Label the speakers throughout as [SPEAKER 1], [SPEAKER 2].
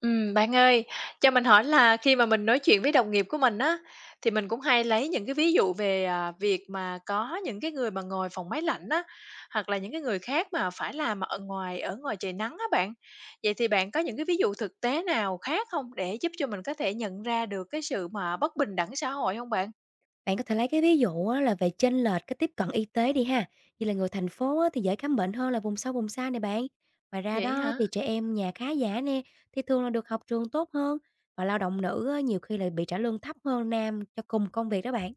[SPEAKER 1] Bạn ơi, cho mình hỏi là khi mà mình nói chuyện với đồng nghiệp của mình á, thì mình cũng hay lấy những cái ví dụ về, việc mà có những cái người mà ngồi phòng máy lạnh á, hoặc là những cái người khác mà phải làm ở ngoài trời nắng á bạn. Vậy thì bạn có những cái ví dụ thực tế nào khác không để giúp cho mình có thể nhận ra được cái sự mà bất bình đẳng xã hội không bạn?
[SPEAKER 2] Bạn có thể lấy cái ví dụ á, là về chênh lệch cái tiếp cận y tế đi ha. Như là người thành phố á, thì dễ khám bệnh hơn là vùng sâu vùng xa này bạn. Ngoài ra
[SPEAKER 1] Vậy
[SPEAKER 2] đó
[SPEAKER 1] hả?
[SPEAKER 2] thì trẻ em nhà khá giả nè thì thường là được học trường tốt hơn, và lao động nữ á, nhiều khi lại bị trả lương thấp hơn nam cho cùng công việc đó bạn.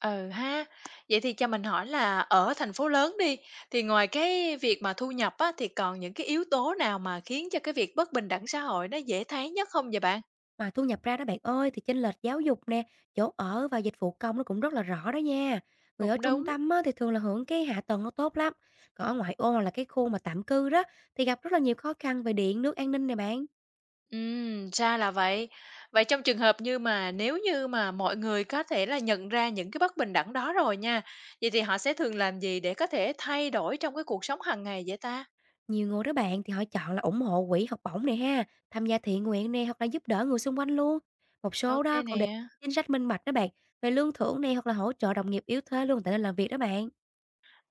[SPEAKER 1] Ừ ha. Vậy thì cho mình hỏi là ở thành phố lớn đi, thì ngoài cái việc mà thu nhập á, thì còn những cái yếu tố nào mà khiến cho cái việc bất bình đẳng xã hội nó dễ thấy nhất không vậy bạn?
[SPEAKER 2] Mà thu nhập ra đó bạn ơi, thì chênh lệch giáo dục nè, chỗ ở và dịch vụ công nó cũng rất là rõ đó nha. Người ở
[SPEAKER 1] Cũng
[SPEAKER 2] trung
[SPEAKER 1] đúng.
[SPEAKER 2] tâm á, thì thường là hưởng cái hạ tầng nó tốt lắm. Còn ở ngoại ô hoặc là cái khu mà tạm cư đó thì gặp rất là nhiều khó khăn về điện, nước, an ninh này bạn.
[SPEAKER 1] Ra là vậy. Vậy trong trường hợp như mà nếu như mà mọi người có thể là nhận ra những cái bất bình đẳng đó rồi nha, vậy thì họ sẽ thường làm gì để có thể thay đổi trong cái cuộc sống hàng ngày vậy ta?
[SPEAKER 2] Nhiều người đó bạn thì họ chọn là ủng hộ quỹ học bổng này ha, tham gia thiện nguyện nè, hoặc là giúp đỡ người xung quanh luôn. Một số
[SPEAKER 1] Ok
[SPEAKER 2] đó còn
[SPEAKER 1] nè.
[SPEAKER 2] đề xuất chính sách minh bạch đó bạn, về lương thưởng này, hoặc là hỗ trợ đồng nghiệp yếu thế luôn tại nơi làm việc đó bạn.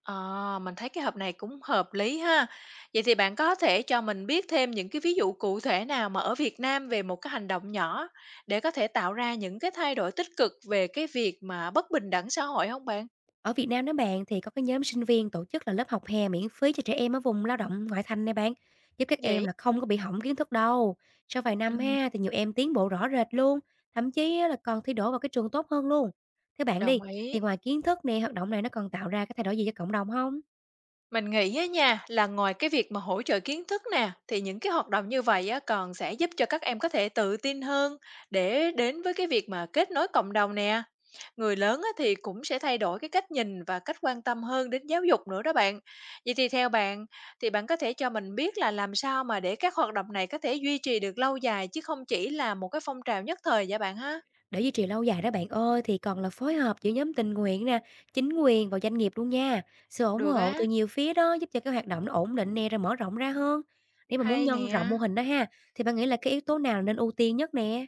[SPEAKER 1] Ờ, mình thấy cái hộp này cũng hợp lý ha. Vậy thì bạn có thể cho mình biết thêm những cái ví dụ cụ thể nào mà ở Việt Nam về một cái hành động nhỏ để có thể tạo ra những cái thay đổi tích cực về cái việc mà bất bình đẳng xã hội không bạn?
[SPEAKER 2] Ở Việt Nam đó bạn, thì có cái nhóm sinh viên tổ chức là lớp học hè miễn phí cho trẻ em ở vùng lao động ngoại thành này bạn, giúp các em
[SPEAKER 1] Vậy
[SPEAKER 2] là không có bị hỏng kiến thức đâu. Sau vài năm
[SPEAKER 1] ừm,
[SPEAKER 2] ha, thì nhiều em tiến bộ rõ rệt luôn, thậm chí á là còn thi đỗ vào cái trường tốt hơn luôn. Thế bạn đi,
[SPEAKER 1] đồng ý.
[SPEAKER 2] thì ngoài kiến thức nè, hoạt động này nó còn tạo ra cái thay đổi gì cho cộng đồng không?
[SPEAKER 1] Mình nghĩ á nha, là ngoài cái việc mà hỗ trợ kiến thức nè, thì những cái hoạt động như vậy á còn sẽ giúp cho các em có thể tự tin hơn để đến với cái việc mà kết nối cộng đồng nè. Người lớn á thì cũng sẽ thay đổi cái cách nhìn và cách quan tâm hơn đến giáo dục nữa đó bạn. Vậy thì theo bạn, thì bạn có thể cho mình biết là làm sao mà để các hoạt động này có thể duy trì được lâu dài chứ không chỉ là một cái phong trào nhất thời vậy bạn ha?
[SPEAKER 2] Để duy trì lâu dài đó bạn ơi, thì còn là phối hợp giữa nhóm tình nguyện nè, chính quyền và doanh nghiệp luôn nha. Sự ủng
[SPEAKER 1] Được
[SPEAKER 2] hộ từ
[SPEAKER 1] á,
[SPEAKER 2] nhiều phía đó giúp cho cái hoạt động nó ổn định nè, rồi mở rộng ra hơn. Nếu mà muốn
[SPEAKER 1] hay
[SPEAKER 2] nhân rộng mô
[SPEAKER 1] nè.
[SPEAKER 2] hình đó ha, thì bạn nghĩ là cái yếu tố nào nên ưu tiên nhất nè?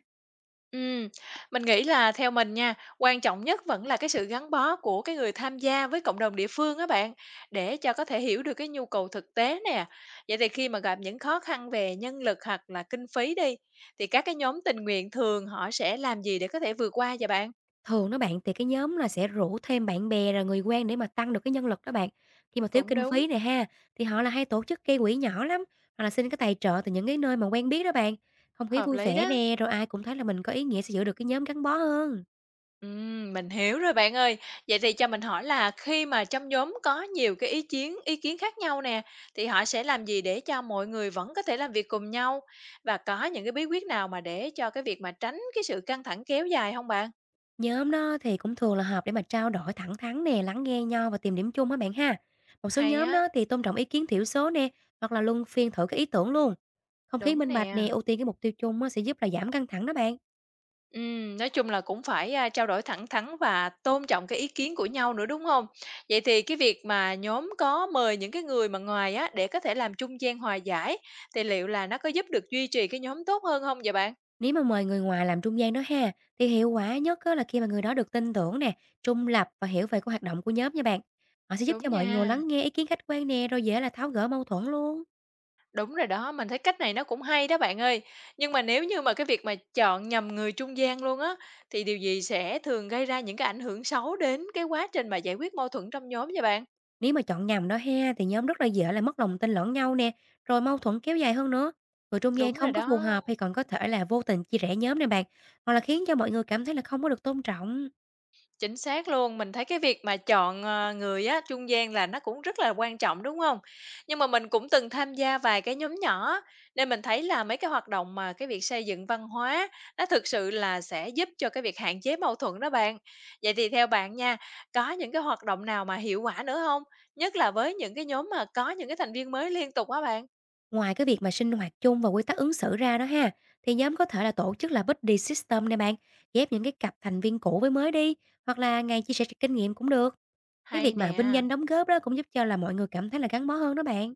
[SPEAKER 1] Ừm, mình nghĩ là theo mình nha, quan trọng nhất vẫn là cái sự gắn bó của cái người tham gia với cộng đồng địa phương á bạn, để cho có thể hiểu được cái nhu cầu thực tế nè. Vậy thì khi mà gặp những khó khăn về nhân lực hoặc là kinh phí đi, thì các cái nhóm tình nguyện thường họ sẽ làm gì để có thể vượt qua vậy bạn?
[SPEAKER 2] Thường đó bạn, thì cái nhóm là sẽ rủ thêm bạn bè rồi người quen để mà tăng được cái nhân lực đó bạn. Khi mà thiếu
[SPEAKER 1] Cũng
[SPEAKER 2] kinh
[SPEAKER 1] đúng,
[SPEAKER 2] phí này ha, thì họ là hay tổ chức gây quỹ nhỏ lắm, hoặc là xin cái tài trợ từ những cái nơi mà quen biết đó bạn. Không khí
[SPEAKER 1] hợp
[SPEAKER 2] vui
[SPEAKER 1] lý
[SPEAKER 2] vẻ
[SPEAKER 1] đó.
[SPEAKER 2] nè, rồi ai cũng thấy là mình có ý nghĩa, sẽ giữ được cái nhóm gắn bó hơn.
[SPEAKER 1] Mình hiểu rồi bạn ơi. Vậy thì cho mình hỏi là khi mà trong nhóm có nhiều cái ý kiến khác nhau nè, thì họ sẽ làm gì để cho mọi người vẫn có thể làm việc cùng nhau? Và có những cái bí quyết nào mà để cho cái việc mà tránh cái sự căng thẳng kéo dài không bạn?
[SPEAKER 2] Nhóm đó thì cũng thường là họp để mà trao đổi thẳng thắn nè, lắng nghe nhau và tìm điểm chung á bạn ha. Một số
[SPEAKER 1] Hay
[SPEAKER 2] nhóm
[SPEAKER 1] á,
[SPEAKER 2] đó thì tôn trọng ý kiến thiểu số nè, hoặc là luân phiên thử cái ý tưởng luôn. Không khí
[SPEAKER 1] đúng
[SPEAKER 2] minh bạch
[SPEAKER 1] nè.
[SPEAKER 2] nè, ưu tiên cái mục tiêu chung á, sẽ giúp là giảm căng thẳng đó bạn.
[SPEAKER 1] Nói chung là cũng phải, trao đổi thẳng thắn và tôn trọng cái ý kiến của nhau nữa, đúng không? Vậy thì cái việc mà nhóm có mời những cái người mà ngoài á, để có thể làm trung gian hòa giải, thì liệu là nó có giúp được duy trì cái nhóm tốt hơn không vậy bạn?
[SPEAKER 2] Nếu mà mời người ngoài làm trung gian đó ha, thì hiệu quả nhất á, là khi mà người đó được tin tưởng nè, trung lập và hiểu về cái hoạt động của nhóm nha bạn. Họ sẽ giúp
[SPEAKER 1] Đúng
[SPEAKER 2] cho mọi người
[SPEAKER 1] nha,
[SPEAKER 2] lắng nghe ý kiến khách quan nè, rồi dễ là tháo gỡ mâu thuẫn luôn.
[SPEAKER 1] đúng rồi đó, mình thấy cách này nó cũng hay đó bạn ơi. Nhưng mà nếu như mà cái việc mà chọn nhầm người trung gian luôn á, thì điều gì sẽ thường gây ra những cái ảnh hưởng xấu đến cái quá trình mà giải quyết mâu thuẫn trong nhóm vậy bạn?
[SPEAKER 2] Nếu mà chọn nhầm đó ha, thì nhóm rất là dễ là mất lòng tin lẫn nhau nè, rồi mâu thuẫn kéo dài hơn nữa. Người trung gian
[SPEAKER 1] Đúng rồi
[SPEAKER 2] không có phù
[SPEAKER 1] đó.
[SPEAKER 2] hợp hay còn có thể là vô tình chia rẽ nhóm nè bạn, hoặc là khiến cho mọi người cảm thấy là không có được tôn trọng.
[SPEAKER 1] Chính xác luôn, mình thấy cái việc mà chọn, người á, trung gian là nó cũng rất là quan trọng, đúng không? Nhưng mà mình cũng từng tham gia vài cái nhóm nhỏ á, nên mình thấy là mấy cái hoạt động mà cái việc xây dựng văn hóa nó thực sự là sẽ giúp cho cái việc hạn chế mâu thuẫn đó bạn. Vậy thì theo bạn nha, có những cái hoạt động nào mà hiệu quả nữa không? Nhất là với những cái nhóm mà có những cái thành viên mới liên tục á bạn?
[SPEAKER 2] Ngoài cái việc mà sinh hoạt chung và quy tắc ứng xử ra đó ha, thì nhóm có thể là tổ chức là buddy system nè bạn, ghép những cái cặp thành viên cũ với mới đi, hoặc là ngày chia sẻ kinh nghiệm cũng được. Cái
[SPEAKER 1] Hay
[SPEAKER 2] việc mà vinh
[SPEAKER 1] nè.
[SPEAKER 2] danh đóng góp đó cũng giúp cho là mọi người cảm thấy là gắn bó hơn đó bạn.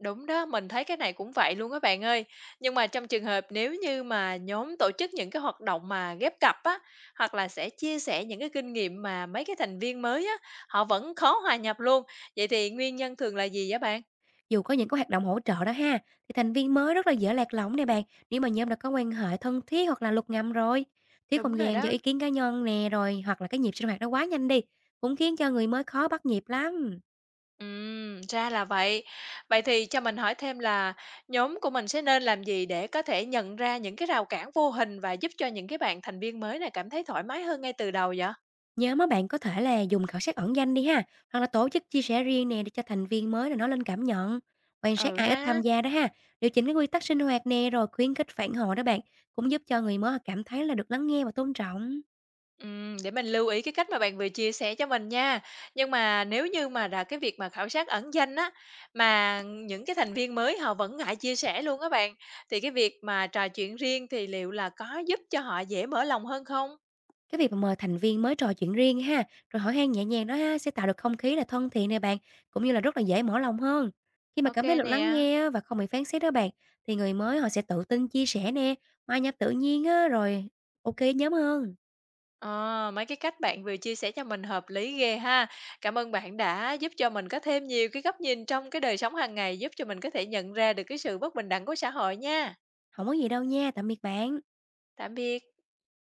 [SPEAKER 1] Đúng đó, mình thấy cái này cũng vậy luôn các bạn ơi. Nhưng mà trong trường hợp nếu như mà nhóm tổ chức những cái hoạt động mà ghép cặp á, hoặc là sẽ chia sẻ những cái kinh nghiệm mà mấy cái thành viên mới á, họ vẫn khó hòa nhập luôn. Vậy thì nguyên nhân thường là gì vậy bạn?
[SPEAKER 2] Dù có những cái hoạt động hỗ trợ đó ha, thì thành viên mới rất là dễ lạc lõng nè bạn, nếu mà nhóm đã có quan hệ thân thiết hoặc là luật ngầm rồi. Thiếu
[SPEAKER 1] Đúng
[SPEAKER 2] không
[SPEAKER 1] rồi
[SPEAKER 2] gian cho
[SPEAKER 1] đó.
[SPEAKER 2] ý kiến cá nhân nè, rồi hoặc là cái nhịp sinh hoạt nó quá nhanh đi, cũng khiến cho người mới khó bắt nhịp lắm.
[SPEAKER 1] Ra là vậy. Vậy thì cho mình hỏi thêm là nhóm của mình sẽ nên làm gì để có thể nhận ra những cái rào cản vô hình và giúp cho những cái bạn thành viên mới này cảm thấy thoải mái hơn ngay từ đầu vậy?
[SPEAKER 2] Nhớ mấy bạn có thể là dùng khảo sát ẩn danh đi ha, hoặc là tổ chức chia sẻ riêng nè, để cho thành viên mới là nói lên cảm nhận. Quan sát
[SPEAKER 1] Ừ
[SPEAKER 2] ai ít
[SPEAKER 1] ha.
[SPEAKER 2] tham gia đó ha, điều chỉnh cái quy tắc sinh hoạt nè, rồi khuyến khích phản hồi đó bạn, cũng giúp cho người mới họ cảm thấy là được lắng nghe và tôn trọng.
[SPEAKER 1] Để mình lưu ý cái cách mà bạn vừa chia sẻ cho mình nha. Nhưng mà nếu như mà là cái việc mà khảo sát ẩn danh á, mà những cái thành viên mới họ vẫn ngại chia sẻ luôn á bạn, thì cái việc mà trò chuyện riêng thì liệu là có giúp cho họ dễ mở lòng hơn không?
[SPEAKER 2] Cái việc mà mời thành viên mới trò chuyện riêng ha, rồi hỏi han nhẹ nhàng đó ha, sẽ tạo được không khí là thân thiện nè bạn, cũng như là rất là dễ mở lòng hơn. Khi mà
[SPEAKER 1] OK
[SPEAKER 2] cảm thấy được lắng
[SPEAKER 1] nè.
[SPEAKER 2] nghe á, và không bị phán xét đó bạn, thì người mới họ sẽ tự tin chia sẻ nè, hòa nhập tự nhiên á, rồi ok nhóm hơn.
[SPEAKER 1] Ờ, mấy cái cách bạn vừa chia sẻ cho mình hợp lý ghê ha. Cảm ơn bạn đã giúp cho mình có thêm nhiều cái góc nhìn trong cái đời sống hàng ngày, giúp cho mình có thể nhận ra được cái sự bất bình đẳng của xã hội nha.
[SPEAKER 2] Không có gì đâu nha, tạm biệt bạn.
[SPEAKER 1] Tạm biệt.